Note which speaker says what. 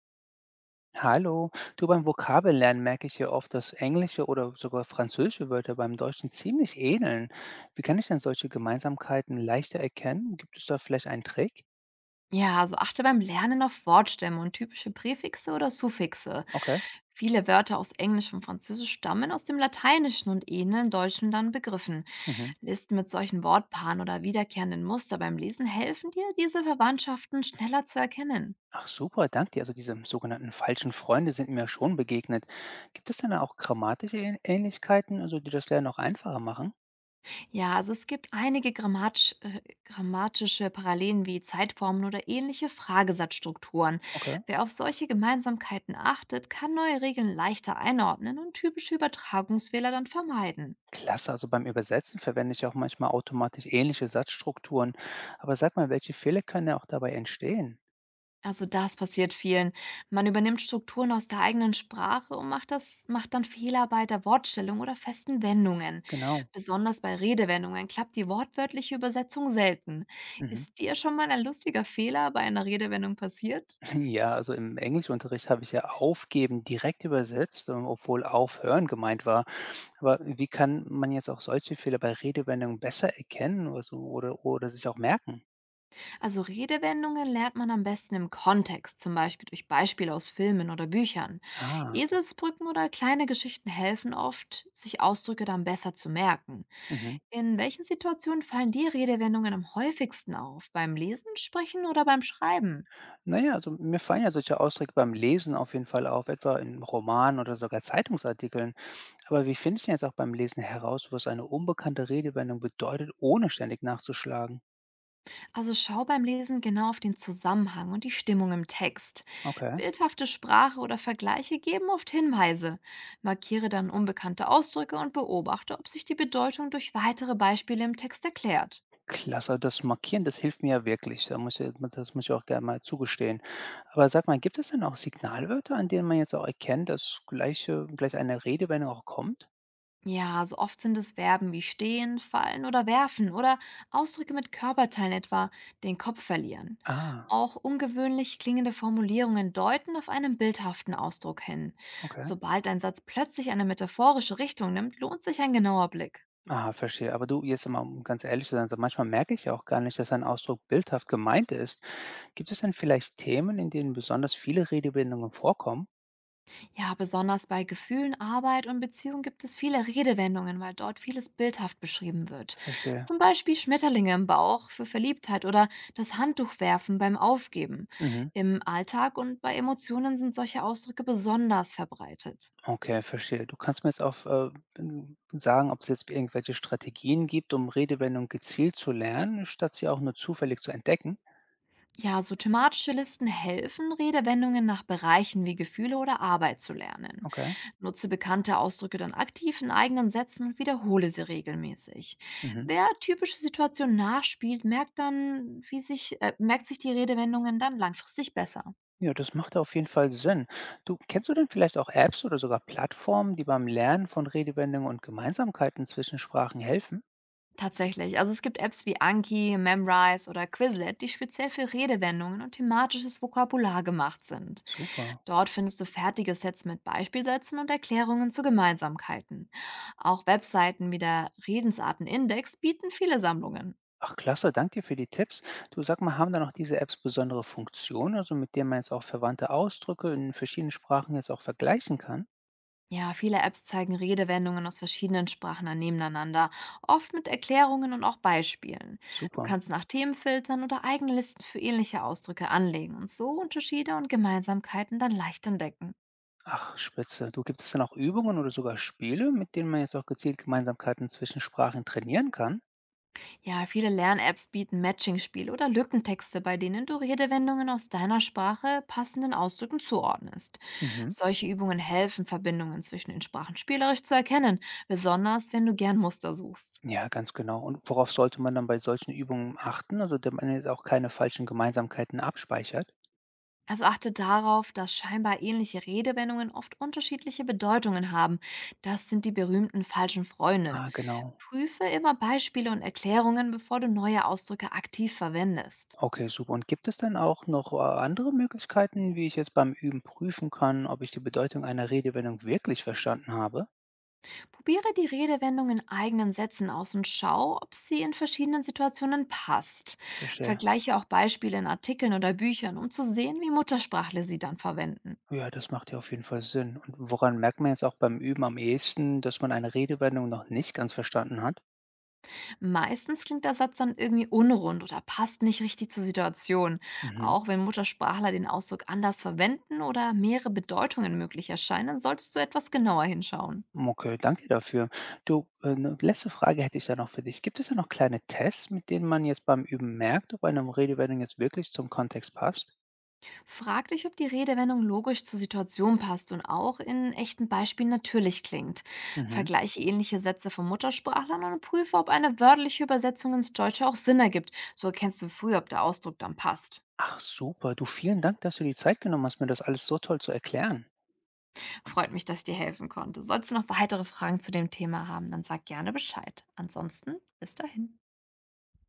Speaker 1: Hallo, du, beim Vokabellernen merke ich ja oft, dass englische oder sogar französische Wörter beim Deutschen ziemlich ähneln. Wie kann ich denn solche Gemeinsamkeiten leichter erkennen? Gibt es da vielleicht einen Trick?
Speaker 2: Ja, also achte beim Lernen auf Wortstämme und typische Präfixe oder Suffixe.
Speaker 1: Okay.
Speaker 2: Viele Wörter aus Englisch und Französisch stammen aus dem Lateinischen und ähneln deutschen dann Begriffen.
Speaker 1: Mhm.
Speaker 2: Listen mit solchen Wortpaaren oder wiederkehrenden Muster beim Lesen helfen dir, diese Verwandtschaften schneller zu erkennen.
Speaker 1: Ach super, danke dir. Also diese sogenannten falschen Freunde sind mir schon begegnet. Gibt es denn da auch grammatische Ähnlichkeiten, also die das Lernen auch einfacher machen?
Speaker 2: Ja, also es gibt einige grammatische Parallelen wie Zeitformen oder ähnliche Fragesatzstrukturen.
Speaker 1: Okay.
Speaker 2: Wer auf solche Gemeinsamkeiten achtet, kann neue Regeln leichter einordnen und typische Übertragungsfehler dann vermeiden.
Speaker 1: Klasse, also beim Übersetzen verwende ich auch manchmal automatisch ähnliche Satzstrukturen. Aber sag mal, welche Fehler können ja auch dabei entstehen?
Speaker 2: Also das passiert vielen. Man übernimmt Strukturen aus der eigenen Sprache und macht dann Fehler bei der Wortstellung oder festen Wendungen.
Speaker 1: Genau.
Speaker 2: Besonders bei Redewendungen klappt die wortwörtliche Übersetzung selten.
Speaker 1: Mhm.
Speaker 2: Ist dir schon mal ein lustiger Fehler bei einer Redewendung passiert?
Speaker 1: Ja, also im Englischunterricht habe ich ja aufgeben direkt übersetzt, obwohl aufhören gemeint war. Aber wie kann man jetzt auch solche Fehler bei Redewendungen besser erkennen oder so oder sich auch merken?
Speaker 2: Also Redewendungen lernt man am besten im Kontext, zum Beispiel durch Beispiele aus Filmen oder Büchern.
Speaker 1: Ah.
Speaker 2: Eselsbrücken oder kleine Geschichten helfen oft, sich Ausdrücke dann besser zu merken.
Speaker 1: Mhm.
Speaker 2: In welchen Situationen fallen dir Redewendungen am häufigsten auf? Beim Lesen, Sprechen oder beim Schreiben?
Speaker 1: Naja, also mir fallen ja solche Ausdrücke beim Lesen auf jeden Fall auf, etwa in Romanen oder sogar Zeitungsartikeln. Aber wie finde ich denn jetzt auch beim Lesen heraus, was eine unbekannte Redewendung bedeutet, ohne ständig nachzuschlagen?
Speaker 2: Also schau beim Lesen genau auf den Zusammenhang und die Stimmung im Text.
Speaker 1: Okay.
Speaker 2: Bildhafte Sprache oder Vergleiche geben oft Hinweise. Markiere dann unbekannte Ausdrücke und beobachte, ob sich die Bedeutung durch weitere Beispiele im Text erklärt.
Speaker 1: Klasse, das Markieren, das hilft mir ja wirklich. Da muss ich, das muss ich auch gerne mal zugestehen. Aber sag mal, gibt es denn auch Signalwörter, an denen man jetzt auch erkennt, dass gleich eine Redewendung auch kommt?
Speaker 2: Ja, so oft sind es Verben wie stehen, fallen oder werfen oder Ausdrücke mit Körperteilen, etwa den Kopf verlieren.
Speaker 1: Ah,
Speaker 2: Auch ungewöhnlich klingende Formulierungen deuten auf einen bildhaften Ausdruck hin.
Speaker 1: okay.
Speaker 2: Sobald ein Satz plötzlich eine metaphorische Richtung nimmt, lohnt sich ein genauer Blick.
Speaker 1: Ah, verstehe. Aber du, jetzt mal, um ganz ehrlich zu sein, so manchmal merke ich ja auch gar nicht, dass ein Ausdruck bildhaft gemeint ist. Gibt es denn vielleicht Themen, in denen besonders viele Redewendungen vorkommen?
Speaker 2: Ja, besonders bei Gefühlen, Arbeit und Beziehung gibt es viele Redewendungen, weil dort vieles bildhaft beschrieben wird.
Speaker 1: Verstehe.
Speaker 2: Zum Beispiel Schmetterlinge im Bauch für Verliebtheit oder das Handtuch werfen beim Aufgeben.
Speaker 1: Mhm.
Speaker 2: Im Alltag und bei Emotionen sind solche Ausdrücke besonders verbreitet.
Speaker 1: Okay, verstehe. Du kannst mir jetzt auch, n sagen, ob's jetzt irgendwelche Strategien gibt, um Redewendungen gezielt zu lernen, statt sie auch nur zufällig zu entdecken?
Speaker 2: Ja, so thematische Listen helfen, Redewendungen nach Bereichen wie Gefühle oder Arbeit zu lernen.
Speaker 1: Okay.
Speaker 2: Nutze bekannte Ausdrücke dann aktiv in eigenen Sätzen und wiederhole sie regelmäßig.
Speaker 1: Mhm.
Speaker 2: Wer typische Situationen nachspielt, merkt sich die Redewendungen dann langfristig besser.
Speaker 1: Ja, das macht auf jeden Fall Sinn. Du, kennst du denn vielleicht auch Apps oder sogar Plattformen, die beim Lernen von Redewendungen und Gemeinsamkeiten zwischen Sprachen helfen?
Speaker 2: Tatsächlich. Also es gibt Apps wie Anki, Memrise oder Quizlet, die speziell für Redewendungen und thematisches Vokabular gemacht sind.
Speaker 1: Super.
Speaker 2: Dort findest du fertige Sets mit Beispielsätzen und Erklärungen zu Gemeinsamkeiten. Auch Webseiten wie der Redensartenindex bieten viele Sammlungen.
Speaker 1: Ach, klasse, danke dir für die Tipps. Du, sag mal, haben da noch diese Apps besondere Funktionen, also mit denen man jetzt auch verwandte Ausdrücke in verschiedenen Sprachen jetzt auch vergleichen kann?
Speaker 2: Ja, viele Apps zeigen Redewendungen aus verschiedenen Sprachen an, nebeneinander, oft mit Erklärungen und auch Beispielen. Du
Speaker 1: Super.
Speaker 2: kannst nach Themen filtern oder eigene Listen für ähnliche Ausdrücke anlegen und so Unterschiede und Gemeinsamkeiten dann leicht entdecken.
Speaker 1: Ach, spitze. Du, gibt es denn auch Übungen oder sogar Spiele, mit denen man jetzt auch gezielt Gemeinsamkeiten zwischen Sprachen trainieren kann?
Speaker 2: Ja, viele Lern-Apps bieten Matching-Spiele oder Lückentexte, bei denen du Redewendungen aus deiner Sprache passenden Ausdrücken zuordnest.
Speaker 1: Mhm.
Speaker 2: Solche Übungen helfen, Verbindungen zwischen den Sprachen spielerisch zu erkennen, besonders wenn du gern Muster suchst.
Speaker 1: Ja, ganz genau. Und worauf sollte man dann bei solchen Übungen achten, also damit man jetzt auch keine falschen Gemeinsamkeiten abspeichert?
Speaker 2: Also achte darauf, dass scheinbar ähnliche Redewendungen oft unterschiedliche Bedeutungen haben. Das sind die berühmten falschen Freunde.
Speaker 1: Ah, genau.
Speaker 2: Prüfe immer Beispiele und Erklärungen, bevor du neue Ausdrücke aktiv verwendest.
Speaker 1: Okay, super. Und gibt es dann auch noch andere Möglichkeiten, wie ich jetzt beim Üben prüfen kann, ob ich die Bedeutung einer Redewendung wirklich verstanden habe?
Speaker 2: Probiere die Redewendung in eigenen Sätzen aus und schau, ob sie in verschiedenen Situationen passt.
Speaker 1: Verstehe.
Speaker 2: Vergleiche auch Beispiele in Artikeln oder Büchern, um zu sehen, wie Muttersprachler sie dann verwenden.
Speaker 1: Ja, das macht ja auf jeden Fall Sinn. Und woran merkt man jetzt auch beim Üben am ehesten, dass man eine Redewendung noch nicht ganz verstanden hat?
Speaker 2: Meistens klingt der Satz dann irgendwie unrund oder passt nicht richtig zur Situation.
Speaker 1: Mhm.
Speaker 2: Auch wenn Muttersprachler den Ausdruck anders verwenden oder mehrere Bedeutungen möglich erscheinen, solltest du etwas genauer hinschauen.
Speaker 1: Okay, danke dir dafür. Du, 'ne letzte Frage hätte ich da noch für dich. Gibt es da noch kleine Tests, mit denen man jetzt beim Üben merkt, ob eine Redewendung jetzt wirklich zum Kontext passt?
Speaker 2: Frag dich, ob die Redewendung logisch zur Situation passt und auch in echten Beispielen natürlich klingt.
Speaker 1: Mhm.
Speaker 2: Vergleiche ähnliche Sätze von Muttersprachlern und prüfe, ob eine wörtliche Übersetzung ins Deutsche auch Sinn ergibt. So erkennst du früh, ob der Ausdruck dann passt.
Speaker 1: Ach super, du, vielen Dank, dass du die Zeit genommen hast, mir das alles so toll zu erklären.
Speaker 2: Freut mich, dass ich dir helfen konnte. Sollst du noch weitere Fragen zu dem Thema haben, dann sag gerne Bescheid. Ansonsten bis dahin.